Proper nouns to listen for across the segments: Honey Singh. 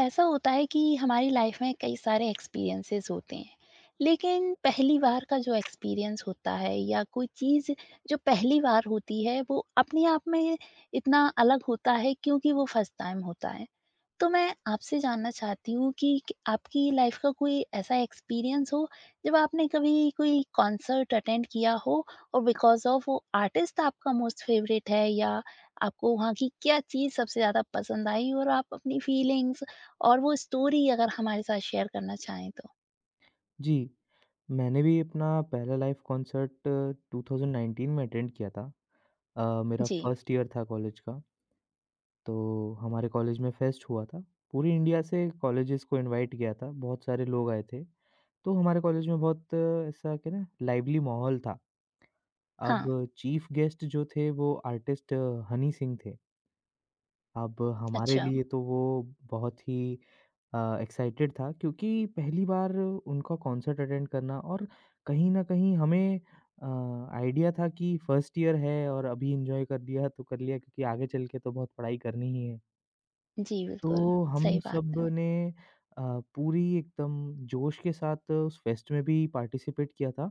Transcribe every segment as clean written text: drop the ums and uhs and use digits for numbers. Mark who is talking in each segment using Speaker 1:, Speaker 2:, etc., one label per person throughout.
Speaker 1: ऐसा होता है कि हमारी लाइफ में कई सारे एक्सपीरियंसेस होते हैं। लेकिन पहली बार का जो एक्सपीरियंस होता है या कोई चीज़ जो पहली बार होती है वो अपने आप में इतना अलग होता है क्योंकि वो फर्स्ट टाइम होता है। तो मैं आपसे जानना चाहती हूँ कि क आपकी लाइफ़ का कोई ऐसा एक्सपीरियंस हो जब आपने कभी कोई कॉन्सर्ट अटेंड किया हो और बिकॉज़ ऑफ वो आर्टिस्ट आपका मोस्ट फ़ेवरेट है, या आपको वहाँ की क्या चीज़ सबसे ज़्यादा पसंद आई, और आप अपनी फीलिंग्स और वो स्टोरी अगर हमारे साथ शेयर करना चाहें तो?
Speaker 2: जी, मैंने भी अपना पहला लाइव कॉन्सर्ट 2019 में अटेंड किया था। मेरा
Speaker 1: जी।
Speaker 2: फर्स्ट ईयर था कॉलेज का। तो हमारे कॉलेज में फेस्ट हुआ था। पूरी इंडिया से कॉलेजेस को इनवाइट किया था, बहुत सारे लोग आए थे। तो हमारे कॉलेज में बहुत ऐसा क्या ना लाइवली माहौल था। अब
Speaker 1: हाँ।
Speaker 2: चीफ गेस्ट जो थे वो आर्टिस्ट हनी सिंह थे। अब हमारे
Speaker 1: अच्छा।
Speaker 2: लिए तो वो बहुत ही एक्साइटेड था, क्योंकि पहली बार उनका कॉन्सर्ट अटेंड करना और कहीं न कहीं हमें आइडिया था कि फर्स्ट ईयर है और अभी एंजॉय कर लिया तो कर लिया, क्योंकि आगे चल के तो बहुत पढ़ाई करनी ही है।
Speaker 1: जी, बिल्कुल,
Speaker 2: तो
Speaker 1: सही
Speaker 2: हम
Speaker 1: बात
Speaker 2: सब
Speaker 1: है।
Speaker 2: ने अ, पूरी एकदम जोश के साथ उस फेस्ट में भी पार्टिसिपेट किया था,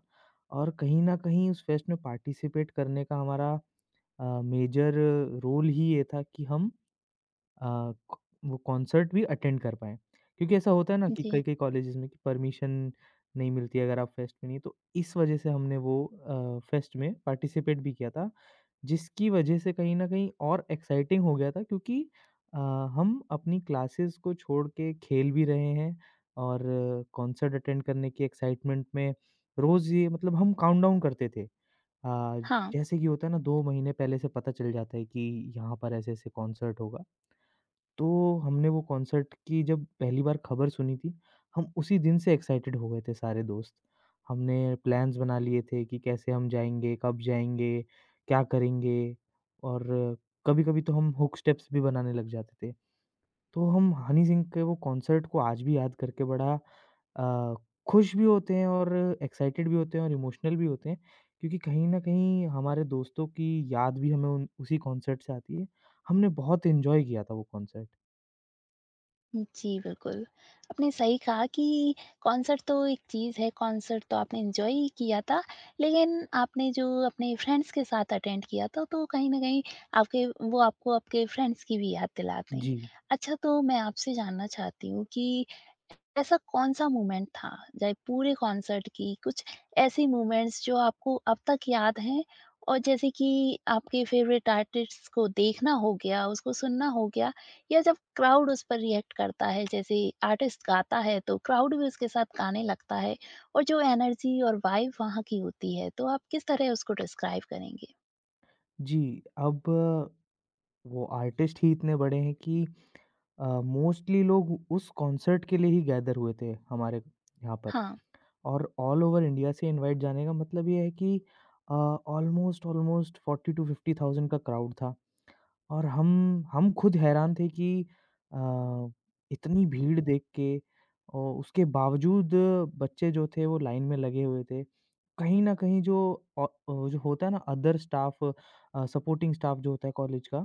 Speaker 2: और कहीं न कहीं उस फेस्ट में पार्टिसिपेट करने का हमारा मेजर रोल ही ये था कि हम अ, क वो कॉन्सर्ट भी अटेंड कर पाएँ। क्योंकि ऐसा होता है ना कि हुँ।
Speaker 1: जी।
Speaker 2: कई-कई कॉलेजेज़ में कि परमिशन नहीं मिलती है अगर आप फेस्ट में नहीं, तो इस वजह से हमने वो फेस्ट में पार्टिसिपेट भी किया था, जिसकी वजह से कहीं न कहीं और एक्साइटिंग हो गया था, क्योंकि अ, हम अपनी क्लासेस को छोड़ के खेल भी रहे हैं, और कॉन्सर्ट अटेंड करने की एक्साइटमेंट में रोज़ ये मतलब हम काउंटडाउन करते थे। अ,
Speaker 1: हाँ।
Speaker 2: जैसे कि होता है ना, 2 महीने पहले से पता चल जाता है कि यहाँ पर ऐसे-ऐसे कॉन्सर्ट होगा। तो हमने वो कॉन्सर्ट की जब पहली बार खबर सुनी थी, हम उसी दिन से एक्साइटेड हो गए थे सारे दोस्त। हमने प्लान्स बना लिए थे कि कैसे हम जाएँगे, कब जाएँगे, क्या करेंगे, और कभी-कभी तो हम हुक स्टेप्स भी बनाने लग जाते थे। तो हम हनी सिंह के वो कॉन्सर्ट को आज भी याद करके बड़ा अ, खुश भी होते हैं और एक्साइटेड भी होते हैं और इमोशनल भी होते हैं, क्योंकि कहीं न कहीं हमारे दोस्तों की याद भी हमें उन उसी कॉन्सर्ट से आती है। हमने बहुत एन्जॉय किया था वो कॉन्सर्ट।
Speaker 1: जी, बिल्कुल। आपने सही कहा कि कॉन्सर्ट तो एक चीज़ है, कॉन्सर्ट तो आपने एन्जॉय ही किया था, लेकिन आपने जो अपने फ्रेंड्स के साथ अटेंड किया था, तो कहीं न कहीं आपके वो आपको आपके फ्रेंड्स की भी याद दिलाते हैं।
Speaker 2: जी।
Speaker 1: अच्छा, तो मैं आपसे जानना चाहती हूँ कि ऐसा कौन-सा मोमेंट था, चाहे पूरे कॉन्सर्ट की कुछ ऐसी मोमेंट्स जो आपको अब तक याद हैं? और जैसे कि आपके फेवरेट आर्टिस्ट को देखना हो गया, उसको सुनना हो गया, या जब क्राउड उस पर रिएक्ट करता है, जैसे आर्टिस्ट गाता है तो क्राउड भी उसके साथ गाने लगता है, और जो एनर्जी और वाइब वहाँ की होती है, तो आप किस तरह उसको डिस्क्राइब करेंगे?
Speaker 2: जी, अब वो आर्टिस्ट ही इतने बड़े हैं कि मोस्टली लोग उस कॉन्सर्ट के लिए ही गैदर हुए थे हमारे यहाँ पर,
Speaker 1: हाँ,
Speaker 2: और ऑल ओवर इंडिया से इनवाइट जाने का मतलब ये है कि अ, ऑलमोस्ट ऑलमोस्ट 40 टू 50,000 का क्राउड था, और हम खुद हैरान थे कि अ, इतनी भीड़ देख के औ उसके बावजूद बच्चे जो थे वो लाइन में लगे हुए थे। कहीं न कहीं जो जो होता है ना, अदर स्टाफ, सपोर्टिंग स्टाफ जो होता है कॉलेज का,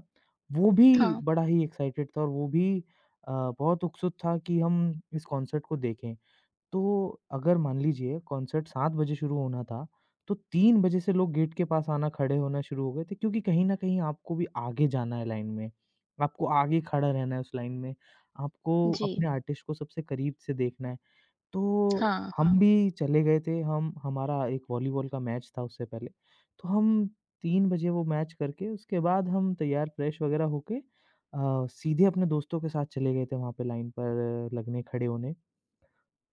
Speaker 2: वो भी
Speaker 1: हाँ।
Speaker 2: बड़ा ही एक्साइटेड था, और वो भी अ, बहुत उत्सुक था कि हम इस कॉन्सर्ट को देखें। तो अगर मान लीजिए कॉन्सर्ट 7 बजे शुरू होना था, तो 3 बजे से लोग गेट के पास आना खड़े होना शुरू हो गए थे, क्योंकि कहीं न कहीं आपको भी आगे जाना है लाइन में। आपको आगे खड़ा रहना है उस लाइन में, आपको
Speaker 1: जी।
Speaker 2: अपने आर्टिस्ट को सबसे करीब से देखना है। तो
Speaker 1: हाँ,
Speaker 2: हम
Speaker 1: हाँ।
Speaker 2: भी चले गए थे, हम हमारा एक वॉलीबॉल का मैच था उससे पहले, तो हम 3 बजे वो मैच करके उसके बाद हम तैयार फ्रेश वगैरह होके सीधे अपने दोस्तों के साथ चले गए थे वहाँ पे लाइन पर लगने, खड़े होने।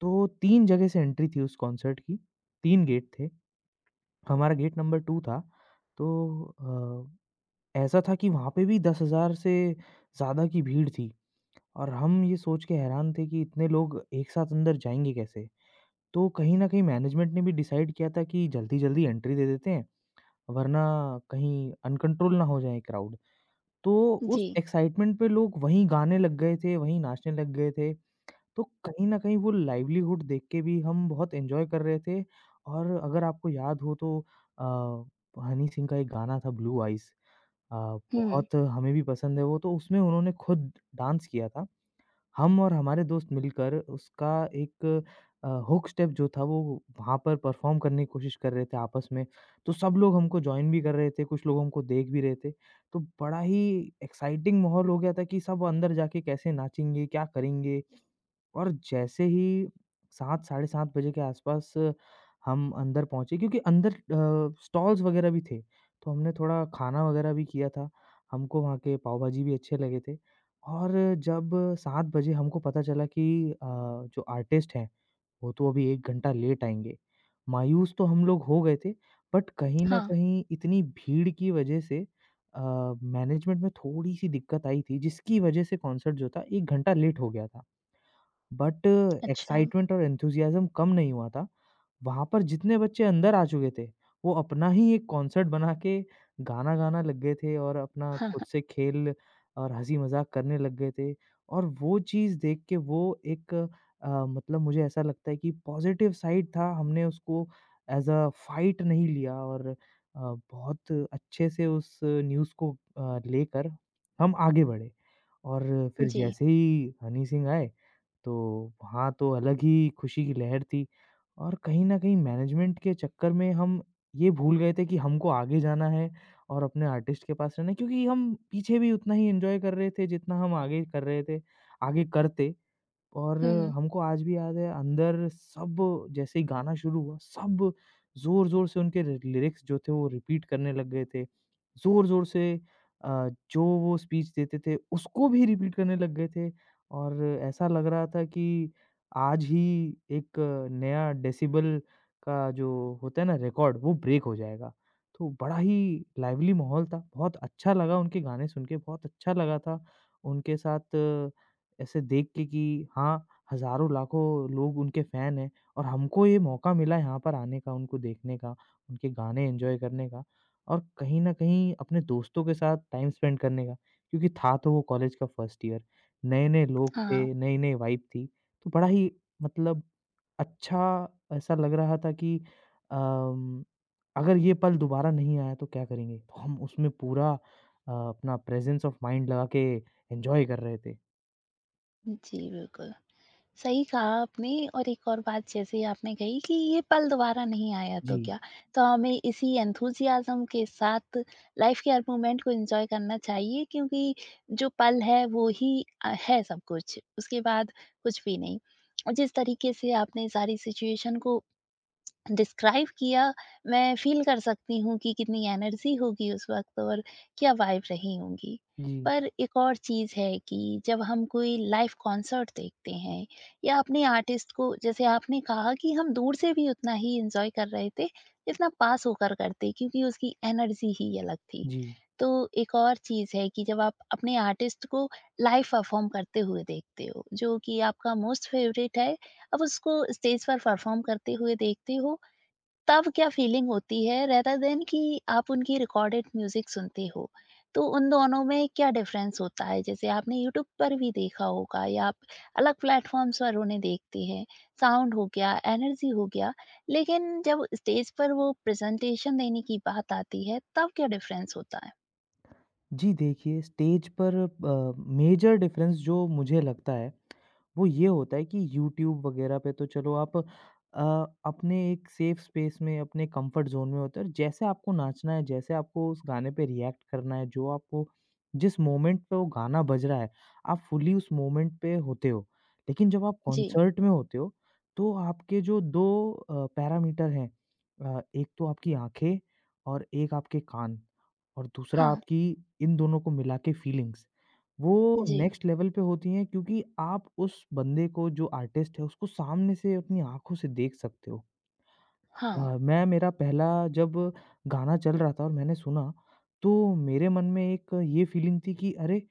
Speaker 2: तो 3 जगह से एंट्री थी उस कॉन्सर्ट की, 3 गेट थे, हमारा गेट नंबर 2 था, तो ऐसा था कि वहाँ पे भी 10,000 से ज़्यादा की भीड़ थी, और हम ये सोच के हैरान थे कि इतने लोग एक साथ अंदर जाएँगे कैसे? तो कहीं न कहीं मैनेजमेंट ने भी डिसाइड किया था कि जल्दी-जल्दी एंट्री दे देते हैं, वरना कहीं अनकंट्रोल ना हो जाए क्राउड। तो उस
Speaker 1: जी।
Speaker 2: एक्साइटमेंट पे लोग वहीं गाने लग गए थे, वहीं नाचने लग गए थे। तो कहीं न कहीं वो लाइवलीहुड देख के भी हम बहुत एन्जॉय कर रहे थे, और अगर आपको याद हो तो अ, हनी सिंह का एक गाना था ब्लू आइज़, अ,
Speaker 1: हुँ।
Speaker 2: बहुत हमें भी पसंद है वो, तो उसमें उन्होंने खुद डांस किया था। हम और हमारे दोस्त मिलकर उसका एक हुक स्टेप जो था वो वहाँ पर परफ़ॉर्म करने की कोशिश कर रहे थे आपस में। तो सब लोग हमको जॉइन भी कर रहे थे, कुछ लोग हमको देख भी रहे थे। तो बड़ा ही एक्साइटिंग माहौल हो गया था कि सब अंदर जाके कैसे नाचेंगे, क्या करेंगे? और जैसे ही 7 साढ़े 7 बजे के आसपास हम अंदर पहुँचे, क्योंकि अंदर स्टॉल्स वगैरह भी थे, तो हमने थोड़ा खाना वगैरह भी किया था। हमको वहाँ के पाव भाजी भी अच्छे लगे थे, और जब 7 बजे हमको पता चला कि जो आर्टिस्ट हैं, वो तो अभी 1 घंटा लेट आएँगे। मायूस तो हम लोग हो गए थे, बट कहीं न
Speaker 1: हाँ।
Speaker 2: कहीं इतनी भीड़ की वजह से अ, मैनेजमेंट में थोड़ी-सी दिक्कत आई थी, जिसकी वजह से कॉन्सर्ट जो था 1 घंटा लेट हो गया था। बट
Speaker 1: अच्छा।
Speaker 2: एक्साइटमेंट और एंथुसियाज़्म कम नहीं हुआ था। वहाँ पर जितने बच्चे अंदर आ चुके थे, वो अपना ही एक कॉन्सर्ट बना के गाना गाना लग गए थे और अपना
Speaker 1: हाँ,
Speaker 2: खुद
Speaker 1: हाँ।
Speaker 2: से खेल और हँसी-मज़ाक करने लग गए थे। और वो चीज़ देख के वो एक मतलब मुझे ऐसा लगता है कि पॉज़िटिव साइड था, हमने उसको एज़ अ फाइट नहीं लिया, और बहुत अच्छे से उस न्यूज़ को लेकर हम आगे बढ़े। और फिर
Speaker 1: जी।
Speaker 2: जैसे ही हनी सिंह आए तो वहाँ तो अलग ही खुशी की लहर थी, और कहीं न कहीं मैनेजमेंट के चक्कर में हम ये भूल गए थे कि हमको आगे जाना है और अपने आर्टिस्ट के पास रहना है, क्योंकि हम पीछे भी उतना ही एन्जॉय कर रहे थे जितना हम आगे कर रहे थे आगे करते। और
Speaker 1: हुँ।
Speaker 2: हमको आज भी याद है, अंदर सब जैसे ही गाना शुरू हुआ, सब ज़ोर-ज़ोर से उनके रि लिरिक्स जो थे वो रिपीट करने लग गए थे। ज़ोर-ज़ोर से जो वो स्पीच देते थे उसको भी रिपीट करने लग गए थे, और ऐसा लग रहा था कि आज ही एक नया डेसिबल का जो होता है ना रिकॉर्ड, वो ब्रेक हो जाएगा। तो बड़ा ही लाइवली माहौल था, बहुत अच्छा लगा उनके गाने सुन के, बहुत अच्छा लगा था उनके साथ ऐसे देख के कि हाँ, हज़ारों लाखों लोग उनके फैन हैं, और हमको ये मौका मिला यहाँ पर आने का, उनको देखने का, उनके गाने एन्जॉय करने का, और कहीं न कहीं अपने दोस्तों के साथ टाइम स्पेंड करने का। क्योंकि था तो वो कॉलेज का फर्स्ट ईयर, नए-नए लोग
Speaker 1: हाँ।
Speaker 2: थे, नई-नई वाइब थी, तो बड़ा ही मतलब अच्छा ऐसा लग रहा था कि अम, अगर ये पल दोबारा नहीं आया तो क्या करेंगे? तो हम उसमें पूरा अपना प्रेज़ेंस ऑफ माइंड लगा के एन्जॉय कर रहे थे।
Speaker 1: जी, बिल्कुल। सही कहा आपने। और एक और बात जैसे आपने कही कि ये पल दोबारा नहीं आया
Speaker 2: जी।
Speaker 1: तो क्या? तो हमें इसी एंथुसियाज़्म के साथ लाइफ़ के हर मोमेंट को एन्जॉय करना चाहिए क्योंकि जो पल है वो ही है सब कुछ, उसके बाद कुछ भी नहीं। और जिस तरीके से आपने सारी सिचुएशन को डिस्क्राइब किया, मैं फ़ील कर सकती हूँ कि कितनी एनर्जी होगी उस वक़्त और क्या वाइब रही होंगी।
Speaker 2: जी,
Speaker 1: पर एक और चीज़ है कि जब हम कोई लाइव कॉन्सर्ट देखते हैं या अपने आर्टिस्ट को, जैसे आपने कहा कि हम दूर से भी उतना ही एन्जॉय कर रहे थे, जितना पास होकर करते, क्योंकि उसकी एनर्जी ही अलग थी।
Speaker 2: जी।
Speaker 1: तो एक और चीज़ है कि जब आप अपने आर्टिस्ट को लाइव परफ़ॉर्म करते हुए देखते हो, जो कि आपका मोस्ट फ़ेवरेट है, अब उसको स्टेज पर परफ़ॉर्म करते हुए देखते हो, तब क्या फीलिंग होती है रेदर देन कि आप उनकी रिकॉर्डेड म्यूजिक सुनते हो। तो उन दोनों में क्या डिफरेंस होता है? जैसे आपने यूट्यूब पर भी देखा होगा या आप अलग प्लेटफ़ॉर्म्स पर उन्हें देखते हैं, साउंड हो गया, एनर्जी हो गया। लेकिन जब स्टेज पर वो प्रेज़ेंटेशन देने की बात आती है, तब क्या डिफरेंस होता है?
Speaker 2: जी, देखिए स्टेज पर मेजर डिफरेंस जो मुझे लगता है वो ये होता है कि यूट्यूब वगैरह पे तो चलो आप अपने एक सेफ स्पेस में अपने कंफर्ट जोन में होते हैं, और जैसे आपको नाचना है, जैसे आपको उस गाने पे रिएक्ट करना है, जो आपको जिस मोमेंट पे वो गाना बज रहा है, आप फुली उस मोमेंट पे होते हो। लेकिन जब आप
Speaker 1: जी।
Speaker 2: कॉन्सर्ट में होते हो तो आपके जो दो पैरामीटर हैं, एक तो आपकी आंखें और एक आपके कान, और दूसरा
Speaker 1: हाँ।
Speaker 2: आपकी, इन दोनों को मिला के फीलिंग्स वो
Speaker 1: जी।
Speaker 2: नेक्स्ट लेवल पे होती हैं, क्योंकि आप उस बंदे को जो आर्टिस्ट है उसको सामने से अपनी आँखों से देख सकते हो।
Speaker 1: हाँ।
Speaker 2: अ, मैं मेरा पहला जब गाना चल रहा था और मैंने सुना, तो मेरे मन में एक ये फ़ीलिंग थी कि अरे!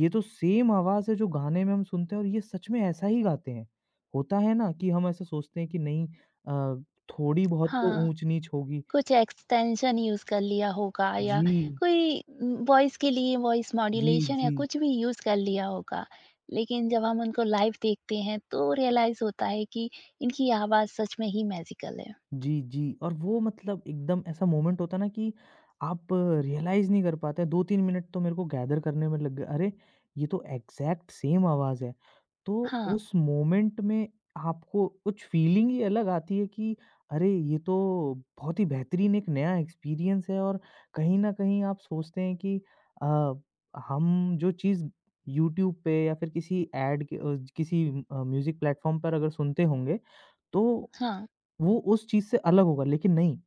Speaker 2: ये तो सेम आवाज़ है जो गाने में हम सुनते हैं, और ये सच में ऐसा ही गाते हैं। होता है ना कि हम ऐसा सोचते हैं कि नहीं, अ, थोड़ी बहुत तो
Speaker 1: हाँ,
Speaker 2: ऊँच-नीच होगी।
Speaker 1: कुछ एक्सटेंशन यूज़ कर लिया होगा या
Speaker 2: जी,
Speaker 1: कोई वॉइस के लिए वॉइस
Speaker 2: जी,
Speaker 1: मॉड्यूलेशन
Speaker 2: जी।
Speaker 1: या कुछ भी यूज़ कर लिया होगा। लेकिन जब हम उनको लाइव देखते हैं तो रियलाइज़ होता है कि इनकी आवाज़ सच में ही मैजिकल है।
Speaker 2: जी, जी। और वो मतलब एकदम ऐसा मोमेंट होता है ना कि आप रियलाइज़ नहीं कर पाते हैं, 2-3 मिनट तो मेरे को गैदर करने में लग गए, अरे! ये तो एग्ज़ैक्ट सेम आवाज़ है। तो
Speaker 1: हाँ,
Speaker 2: उस मोमेंट में आपको कुछ फ़ीलिंग ही अलग आती है कि अरे! ये तो बहुत ही बेहतरीन एक नया एक्सपीरियंस है, और कहीं न कहीं आप सोचते हैं कि अ, हम जो चीज़ यूट्यूब पे या फिर किसी ऐड के किसी म्यूज़िक प्लेटफ़ॉर्म पर अगर सुनते होंगे, तो
Speaker 1: हाँ।
Speaker 2: वो उस चीज़ से अलग होगा, लेकिन नहीं,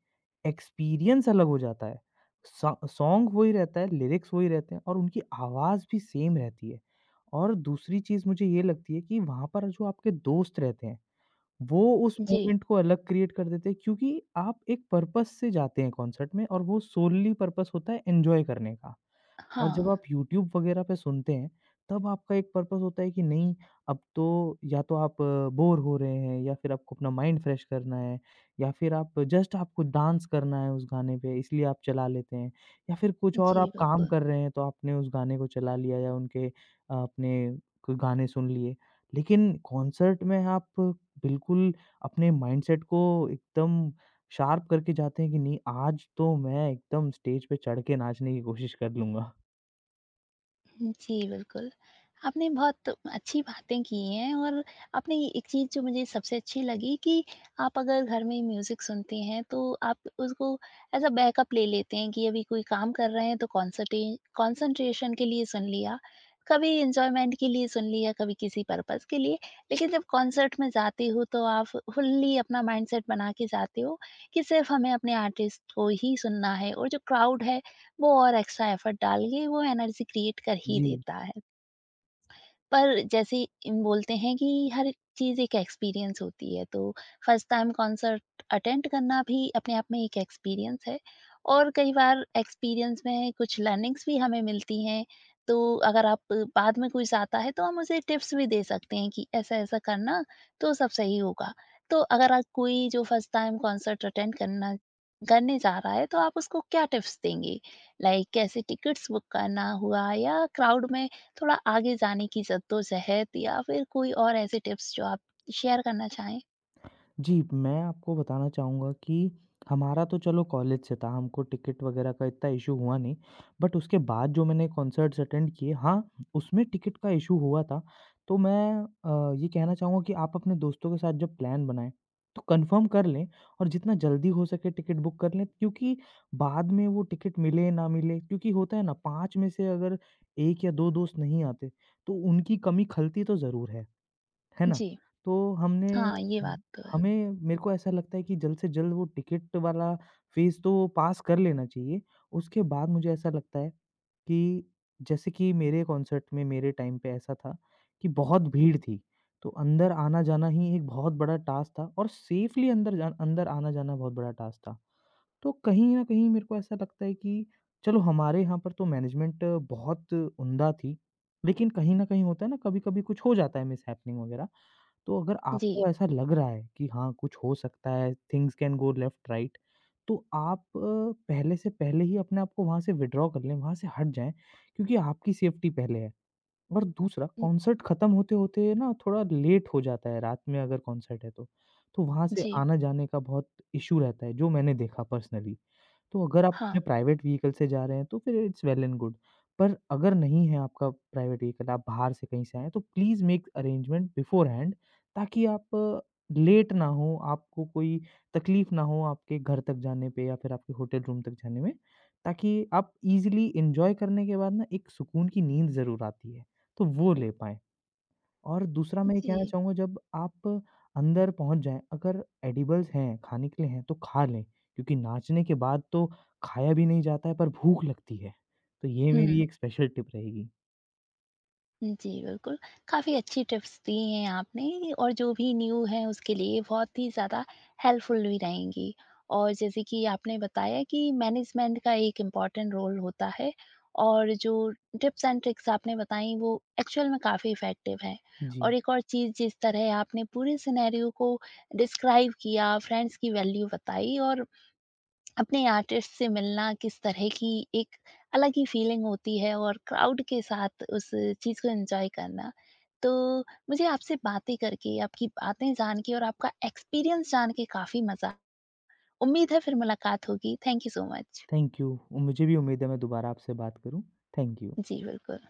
Speaker 2: एक्सपीरियंस अलग हो जाता है। सा सॉन्ग वही रहता है, लिरिक्स वही रहते हैं, और उनकी आवाज़ भी सेम रहती है। और दूसरी चीज़ मुझे ये लगती है कि वहाँ पर जो आपके दोस्त रहते हैं, वो उस
Speaker 1: जी।
Speaker 2: मोमेंट को अलग क्रिएट कर देते हैं, क्योंकि आप एक पर्पस से जाते हैं कॉन्सर्ट में, और वो सोलली पर्पस होता है एन्जॉय करने का। और जब
Speaker 1: हाँ।
Speaker 2: आप यूट्यूब वगैरह पे सुनते हैं, तब आपका एक पर्पज़ होता है कि नहीं, अब तो या तो आप बोर हो रहे हैं, या फिर आपको अपना माइंड फ्रेश करना है, या फिर आप जस्ट आपको डांस करना है उस गाने पे, इसलिए आप चला लेते हैं, या फिर कुछ और
Speaker 1: जी,
Speaker 2: आप काम
Speaker 1: बिल्कुल।
Speaker 2: कर रहे हैं, तो आपने उस गाने को चला लिया या उनके अपने क गाने सुन लिए। लेकिन कॉन्सर्ट में आप बिल्कुल अपने माइंडसेट को एकदम शार्प करके जाते हैं कि नहीं, आज तो मैं एकदम स्टेज पे चढ़ के नाचने की कोशिश कर लूँगा।
Speaker 1: जी, बिल्कुल। आपने बहुत अच्छी बातें की हैं। और आपने ये एक चीज़ जो मुझे सबसे अच्छी लगी कि आप अगर घर में म्यूज़िक सुनते हैं तो आप उसको एज़ अ बैकअप ले लेते हैं कि अभी कोई काम कर रहे हैं तो कॉन्सटे कॉन्सन्ट्रेशन के लिए सुन लिया, कभी एन्जॉयमेंट के लिए सुन लिया, कभी किसी पर्पज़ के लिए। लेकिन जब कॉन्सर्ट में जाते हो तो आप फुल्ली अपना माइंडसेट बना के जाते हो कि सिर्फ़ हमें अपने आर्टिस्ट को ही सुनना है, और जो क्राउड है वो और एक्स्ट्रा एफर्ट डाल के वो एनर्जी क्रिएट कर ही
Speaker 2: जी।
Speaker 1: देता है। पर जैसे इन बोलते हैं कि हर चीज़ एक एक्सपीरियंस होती है, तो फर्स्ट टाइम कॉन्सर्ट अटेंड करना भी अपने आप में एक एक्सपीरियंस है, और कई बार एक्सपीरियंस में कुछ लर्निंग्स भी हमें मिलती हैं। तो अगर आप बाद में कुछ आता है तो हम उसे टिप्स भी दे सकते हैं कि ऐसा-ऐसा करना तो सब सही होगा। तो अगर आप कोई जो फर्स्ट टाइम कॉन्सर्ट अटेंड करना करने जा रहा है तो आप उसको क्या टिप्स देंगे? लाइक कैसे टिकट्स बुक करना हुआ या क्राउड में थोड़ा आगे जाने की जद्दोजहद या फिर कोई और ऐसे टिप्स जो आप शेयर करना चाहें?
Speaker 2: जी, मैं आपको बताना चाहूँगा कि हमारा तो चलो कॉलेज से था, हमको टिकट वग़ैरह का इतना इश्यू हुआ नहीं। बट उसके बाद जो मैंने कॉन्सर्ट्स अटेंड किए, हाँ, उसमें टिकट का इश्यू हुआ था। तो मैं ये कहना चाहूँगा कि आप अपने दोस्तों के साथ जब प्लान बनाएँ, तो कन्फर्म कर लें, और जितना जल्दी हो सके टिकट बुक कर लें, क्योंकि बाद में वो टिकट मिले ना मिले, क्योंकि होता है ना, 5 में से अगर 1 या 2 दोस्त नहीं आते, तो उनकी कमी खलती तो ज़रूर है। है ना?
Speaker 1: जी।
Speaker 2: तो हमने
Speaker 1: हाँ, ये
Speaker 2: ह
Speaker 1: बात तो है।
Speaker 2: हमें मेरे को ऐसा लगता है कि जल्द से जल्द वो टिकट वाला फ़ेज़ तो पास कर लेना चाहिए। उसके बाद मुझे ऐसा लगता है कि जैसे कि मेरे कॉन्सर्ट में मेरे टाइम पे ऐसा था कि बहुत भीड़ थी, तो अंदर आना-जाना ही एक बहुत बड़ा टास्क था, और सेफ़ली अंदर आना-जाना बहुत बड़ा टास्क था। तो कहीं न कहीं मेरे को ऐसा लगता है कि चलो हमारे यहाँ पर तो मैनेजमेंट बहुत उम्दा थी, लेकिन कहीं न कहीं होता है ना, कभी-कभी कुछ हो जाता है, मिसहैपनिंग वग़ैरह। तो अगर
Speaker 1: जी।
Speaker 2: आपको ऐसा लग रहा है कि हाँ, कुछ हो सकता है, things can go left right, तो आप पहले से पहले ही अपने आप को वहाँ से विथड्रॉ कर लें, वहाँ से हट जाएँ, क्योंकि आपकी सेफ्टी पहले है। और दूसरा,
Speaker 1: हुँ।
Speaker 2: कॉन्सर्ट खत्म होते-होते ना थोड़ा लेट हो जाता है रात में, अगर कॉन्सर्ट है तो। तो वहाँ से
Speaker 1: जी।
Speaker 2: आना-जाने का बहुत इश्यू रहता है, जो मैंने देखा पर्सनली। तो अगर आप
Speaker 1: हाँ।
Speaker 2: अपने प्राइवेट व्हीकल से जा रहे हैं तो फिर इट्स वेल एंड गुड। पर अगर नहीं है आपका प्राइवेट व्हीकल, आप बाहर से कहीं से आए हैं, तो प्लीज़ मेक अरेंजमेंट बिफ़ोरहैंड, ताकि आप लेट ना हो, आपको कोई तकलीफ़ ना हो आपके घर तक जाने पे या फिर आपके होटल रूम तक जाने में, ताकि आप ईज़िली एन्जॉय करने के बाद, ना, एक सुकून की नींद ज़रूर आती है, तो वो ले पाएँ। और दूसरा मैं ये कहना
Speaker 1: जी।
Speaker 2: चाहूँगा, जब आप अंदर पहुँच जाएँ, अगर एडिबल्स हैं, खाने के लिए हैं तो खा लें, क्योंकि नाचने के बाद तो खाया भी नहीं जाता है पर भूख लगती है। तो ये मेरी
Speaker 1: हुँ।
Speaker 2: एक स्पेशल टिप रहेगी।
Speaker 1: जी, बिल्कुल। काफ़ी अच्छी टिप्स दी हैं आपने, और जो भी न्यू है उसके लिए बहुत ही ज़्यादा हेल्पफुल भी रहेंगी। और जैसे कि आपने बताया कि मैनेजमेंट का एक इम्पोर्टेंट रोल होता है, और जो टिप्स एंड ट्रिक्स आपने बताई वो एक्चुअल में काफ़ी इफ़ेक्टिव हैं। और
Speaker 2: जी,
Speaker 1: एक और चीज़, जिस तरह आपने पूरे सिनेरियो को डिस्क्राइब किया, फ्रेंड्स की वैल्यू बताई, और अपने आर्टिस्ट से मिलना किस तरह की एक अलग ही फीलिंग होती है और क्राउड के साथ उस चीज़ को एंजॉय करना। तो मुझे आपसे बातें करके, आपकी बातें जान के और आपका एक्सपीरियंस जान के काफ़ी मज़ा आया। उम्मीद है फिर मुलाकात होगी। Thank you so much.
Speaker 2: Thank you. मुझे भी उम्मीद है मैं दोबारा आपसे बात करूँ। Thank you.
Speaker 1: जी, बिल्कुल।